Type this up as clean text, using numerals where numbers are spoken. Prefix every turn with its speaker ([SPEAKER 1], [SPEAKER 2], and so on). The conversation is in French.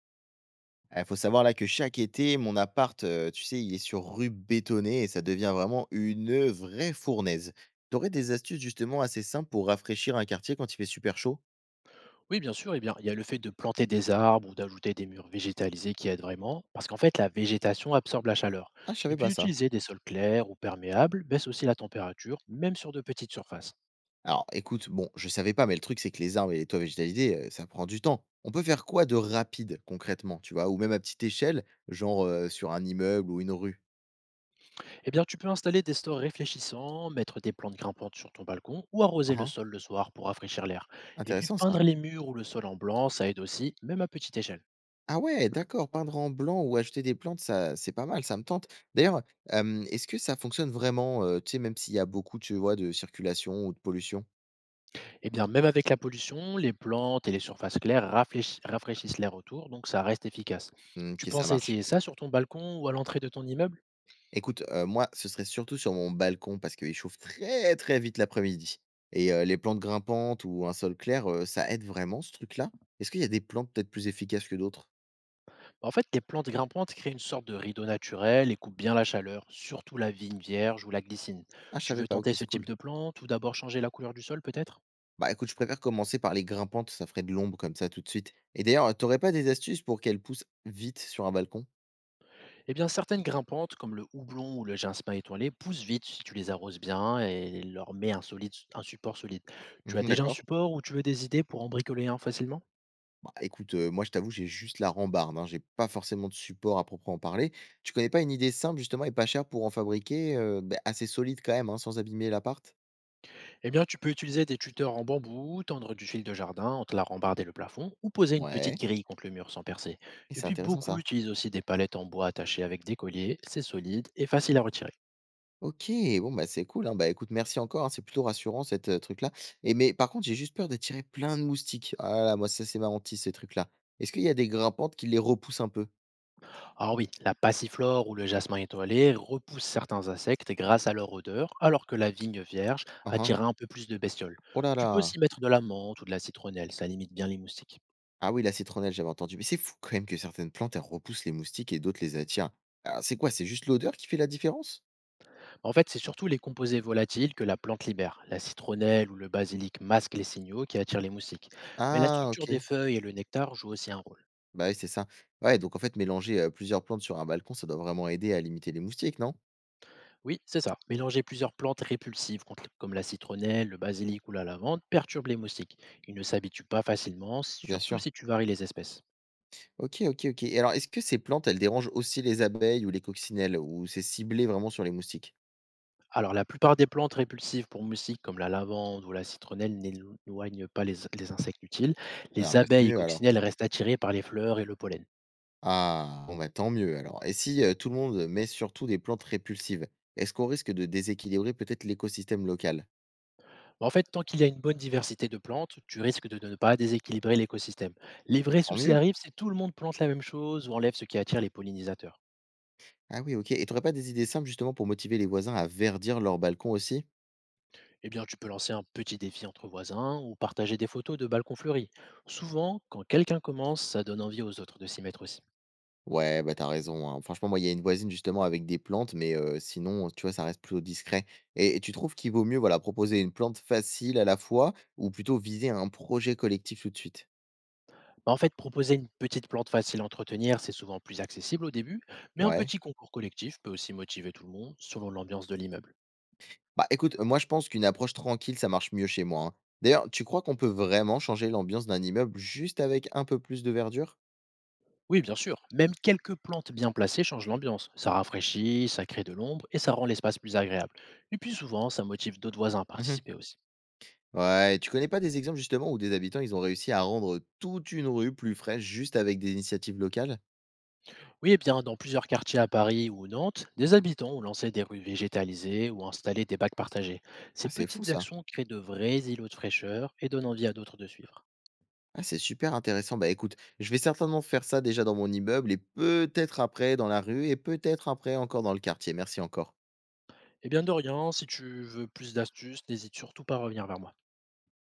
[SPEAKER 1] Ah, faut savoir là que chaque été, mon appart, tu sais, il est sur rue bétonnée et ça devient vraiment vraie fournaise. T'aurais des astuces justement assez simples pour rafraîchir un quartier quand il fait super chaud?
[SPEAKER 2] Oui, bien sûr. Eh bien, il y a le fait de planter des arbres ou d'ajouter des murs végétalisés qui aident vraiment, parce qu'en fait, la végétation absorbe la chaleur.
[SPEAKER 1] Ah, je
[SPEAKER 2] Et
[SPEAKER 1] savais
[SPEAKER 2] puis,
[SPEAKER 1] pas ça.
[SPEAKER 2] utiliser des sols clairs ou perméables baisse aussi la température, même sur de petites surfaces.
[SPEAKER 1] Alors écoute, bon, je savais pas, mais le truc, c'est que les arbres et les toits végétalisés, ça prend du temps. On peut faire quoi de rapide concrètement, tu vois? Ou même à petite échelle, genre, sur un immeuble ou une rue?
[SPEAKER 2] Eh bien, tu peux installer des stores réfléchissants, mettre des plantes grimpantes sur ton balcon ou
[SPEAKER 1] Hein
[SPEAKER 2] arroser le
[SPEAKER 1] hein,
[SPEAKER 2] sol le soir pour rafraîchir l'air. Et puis,
[SPEAKER 1] intéressant ça.
[SPEAKER 2] peindre les murs ou le sol en blanc, ça aide aussi, même à petite échelle.
[SPEAKER 1] Ah ouais, d'accord, peindre en blanc ou acheter des plantes, ça, c'est pas mal, ça me tente. D'ailleurs, est-ce que ça fonctionne vraiment, tu sais, même s'il y a beaucoup, tu vois, de circulation ou de pollution?
[SPEAKER 2] Eh bien, même avec la pollution, les plantes et les surfaces claires rafraîchissent l'air autour, donc ça reste efficace.
[SPEAKER 1] Mmh,
[SPEAKER 2] Tu
[SPEAKER 1] OK, ça
[SPEAKER 2] penses à
[SPEAKER 1] marche.
[SPEAKER 2] essayer ça sur ton balcon ou à l'entrée de ton immeuble.
[SPEAKER 1] Écoute, moi, ce serait surtout sur mon balcon parce qu'il chauffe très, très vite l'après-midi et les plantes grimpantes ou un sol clair, ça aide vraiment ce truc-là? Est-ce qu'il y a des plantes peut-être plus efficaces que d'autres?
[SPEAKER 2] En fait, les plantes grimpantes créent une sorte de rideau naturel et coupent bien la chaleur, surtout la vigne vierge ou la glycine.
[SPEAKER 1] Ah, je
[SPEAKER 2] Tu
[SPEAKER 1] savais
[SPEAKER 2] veux
[SPEAKER 1] pas, OK,
[SPEAKER 2] tenter ce
[SPEAKER 1] c'est
[SPEAKER 2] type
[SPEAKER 1] cool.
[SPEAKER 2] de plante ou d'abord changer la couleur du sol peut-être.
[SPEAKER 1] Bah, écoute, je préfère commencer par les grimpantes, ça ferait de l'ombre comme ça tout de suite et d'ailleurs, t'aurais pas des astuces pour qu'elles poussent vite sur un balcon?
[SPEAKER 2] Eh bien, certaines grimpantes, comme le houblon ou le jasmin étoilé, poussent vite si tu les arroses bien et leur mets un support solide. Tu as
[SPEAKER 1] Mmh,
[SPEAKER 2] déjà un
[SPEAKER 1] d'accord.
[SPEAKER 2] support ou tu veux des idées pour en bricoler un facilement.
[SPEAKER 1] Bah, écoute, moi, je t'avoue, j'ai juste la rambarde, hein. J'ai pas forcément de support à proprement parler. Tu connais pas une idée simple, justement, et pas chère pour en fabriquer, assez solide quand même, hein, sans abîmer l'appart?
[SPEAKER 2] Eh bien, tu peux utiliser des tuteurs en bambou, tendre du fil de jardin entre la rambarde et le plafond, ou poser une petite
[SPEAKER 1] Ouais.
[SPEAKER 2] grille contre le mur sans percer.
[SPEAKER 1] Et
[SPEAKER 2] Et
[SPEAKER 1] c'est
[SPEAKER 2] puis,
[SPEAKER 1] intéressant
[SPEAKER 2] beaucoup
[SPEAKER 1] ça.
[SPEAKER 2] utilisent aussi des palettes en bois attachées avec des colliers, c'est solide et facile à retirer.
[SPEAKER 1] OK, bon, bah, c'est cool, hein. Bah, écoute, merci encore, hein, c'est plutôt rassurant cette truc-là et mais par contre, j'ai juste peur d'attirer plein de moustiques. Ah là là, moi, ça, c'est ma hantise, ces trucs-là. Est-ce qu'il y a des grimpantes qui les repoussent un peu?
[SPEAKER 2] Ah oui, la passiflore ou le jasmin étoilé repoussent certains insectes grâce à leur odeur, alors que la vigne vierge
[SPEAKER 1] Hein, hein.
[SPEAKER 2] attire un peu plus de bestioles.
[SPEAKER 1] Oh là
[SPEAKER 2] Tu peux
[SPEAKER 1] là!
[SPEAKER 2] aussi mettre de la menthe ou de la citronnelle, ça limite bien les moustiques.
[SPEAKER 1] Ah oui, la citronnelle, j'avais entendu. Mais c'est fou quand même que certaines plantes, elles repoussent les moustiques et d'autres les attirent. Alors, c'est quoi? C'est juste l'odeur qui fait la différence?
[SPEAKER 2] En fait, c'est surtout les composés volatiles que la plante libère. La citronnelle ou le basilic masquent les signaux qui attirent les moustiques. Mais la
[SPEAKER 1] Ah,
[SPEAKER 2] structure des
[SPEAKER 1] ok.
[SPEAKER 2] feuilles et le nectar jouent aussi un rôle.
[SPEAKER 1] Bah oui, c'est ça. Ouais, donc en fait, mélanger plusieurs plantes sur un balcon, ça doit vraiment aider à limiter les moustiques, non?
[SPEAKER 2] Oui, c'est ça. Mélanger plusieurs plantes répulsives comme la citronnelle, le basilic ou la lavande perturbe les moustiques. Ils ne s'habituent pas facilement,
[SPEAKER 1] Bien
[SPEAKER 2] surtout
[SPEAKER 1] sûr.
[SPEAKER 2] si tu varies les espèces.
[SPEAKER 1] Ok, ok, ok. Et alors, est-ce que ces plantes, elles dérangent aussi les abeilles ou les coccinelles, ou c'est ciblé vraiment sur les moustiques?
[SPEAKER 2] Alors, la plupart des plantes répulsives pour moustiques comme la lavande ou la citronnelle n'éloignent pas les insectes utiles.
[SPEAKER 1] Ah,
[SPEAKER 2] Les
[SPEAKER 1] bah c'est
[SPEAKER 2] abeilles et
[SPEAKER 1] mieux alors.
[SPEAKER 2] coccinelles restent attirées par les fleurs et le pollen.
[SPEAKER 1] Ah, bon, bah tant mieux alors. Et si tout le monde met surtout des plantes répulsives, est-ce qu'on risque de déséquilibrer peut-être l'écosystème local?
[SPEAKER 2] Bah, en fait, tant qu'il y a une bonne diversité de plantes, tu risques de ne pas déséquilibrer l'écosystème. Les vrais
[SPEAKER 1] Tant
[SPEAKER 2] soucis
[SPEAKER 1] mieux.
[SPEAKER 2] arrivent si tout le monde plante la même chose ou enlève ce qui attire les pollinisateurs.
[SPEAKER 1] Ah oui, OK. Et tu aurais pas des idées simples justement pour motiver les voisins à verdir leur balcon aussi?
[SPEAKER 2] Eh bien, tu peux lancer un petit défi entre voisins ou partager des photos de balcons fleuris. Souvent, quand quelqu'un commence, ça donne envie aux autres de s'y mettre aussi.
[SPEAKER 1] Ouais, bah, t'as raison, hein. Franchement, moi, il y a une voisine justement avec des plantes, mais sinon, tu vois, ça reste plutôt discret. Et tu trouves qu'il vaut mieux, voilà, proposer une plante facile à la fois ou plutôt viser un projet collectif tout de suite?
[SPEAKER 2] Bah, en fait, proposer une petite plante facile à entretenir, c'est souvent plus accessible au début, mais un
[SPEAKER 1] Ouais.
[SPEAKER 2] petit concours collectif peut aussi motiver tout le monde selon l'ambiance de l'immeuble.
[SPEAKER 1] Bah, écoute, moi, je pense qu'une approche tranquille, ça marche mieux chez moi, hein. D'ailleurs, tu crois qu'on peut vraiment changer l'ambiance d'un immeuble juste avec un peu plus de verdure?
[SPEAKER 2] Oui, bien sûr. Même quelques plantes bien placées changent l'ambiance. Ça rafraîchit, ça crée de l'ombre et ça rend l'espace plus agréable. Et puis souvent, ça motive d'autres voisins à participer aussi.
[SPEAKER 1] Ouais, tu connais pas des exemples justement où des habitants, ils ont réussi à rendre toute une rue plus fraîche juste avec des initiatives locales?
[SPEAKER 2] Oui, et bien, dans plusieurs quartiers à Paris ou Nantes, des habitants ont lancé des rues végétalisées ou installé des bacs partagés. Ces
[SPEAKER 1] Ah, c'est fou
[SPEAKER 2] petites
[SPEAKER 1] ça.
[SPEAKER 2] actions créent de vrais îlots de fraîcheur et donnent envie à d'autres de suivre.
[SPEAKER 1] Ah, c'est super intéressant. Bah écoute, je vais certainement faire ça déjà dans mon immeuble et peut-être après dans la rue et peut-être après encore dans le quartier. Merci encore.
[SPEAKER 2] Eh bien, Dorian, si tu veux plus d'astuces, n'hésite surtout pas à revenir vers moi.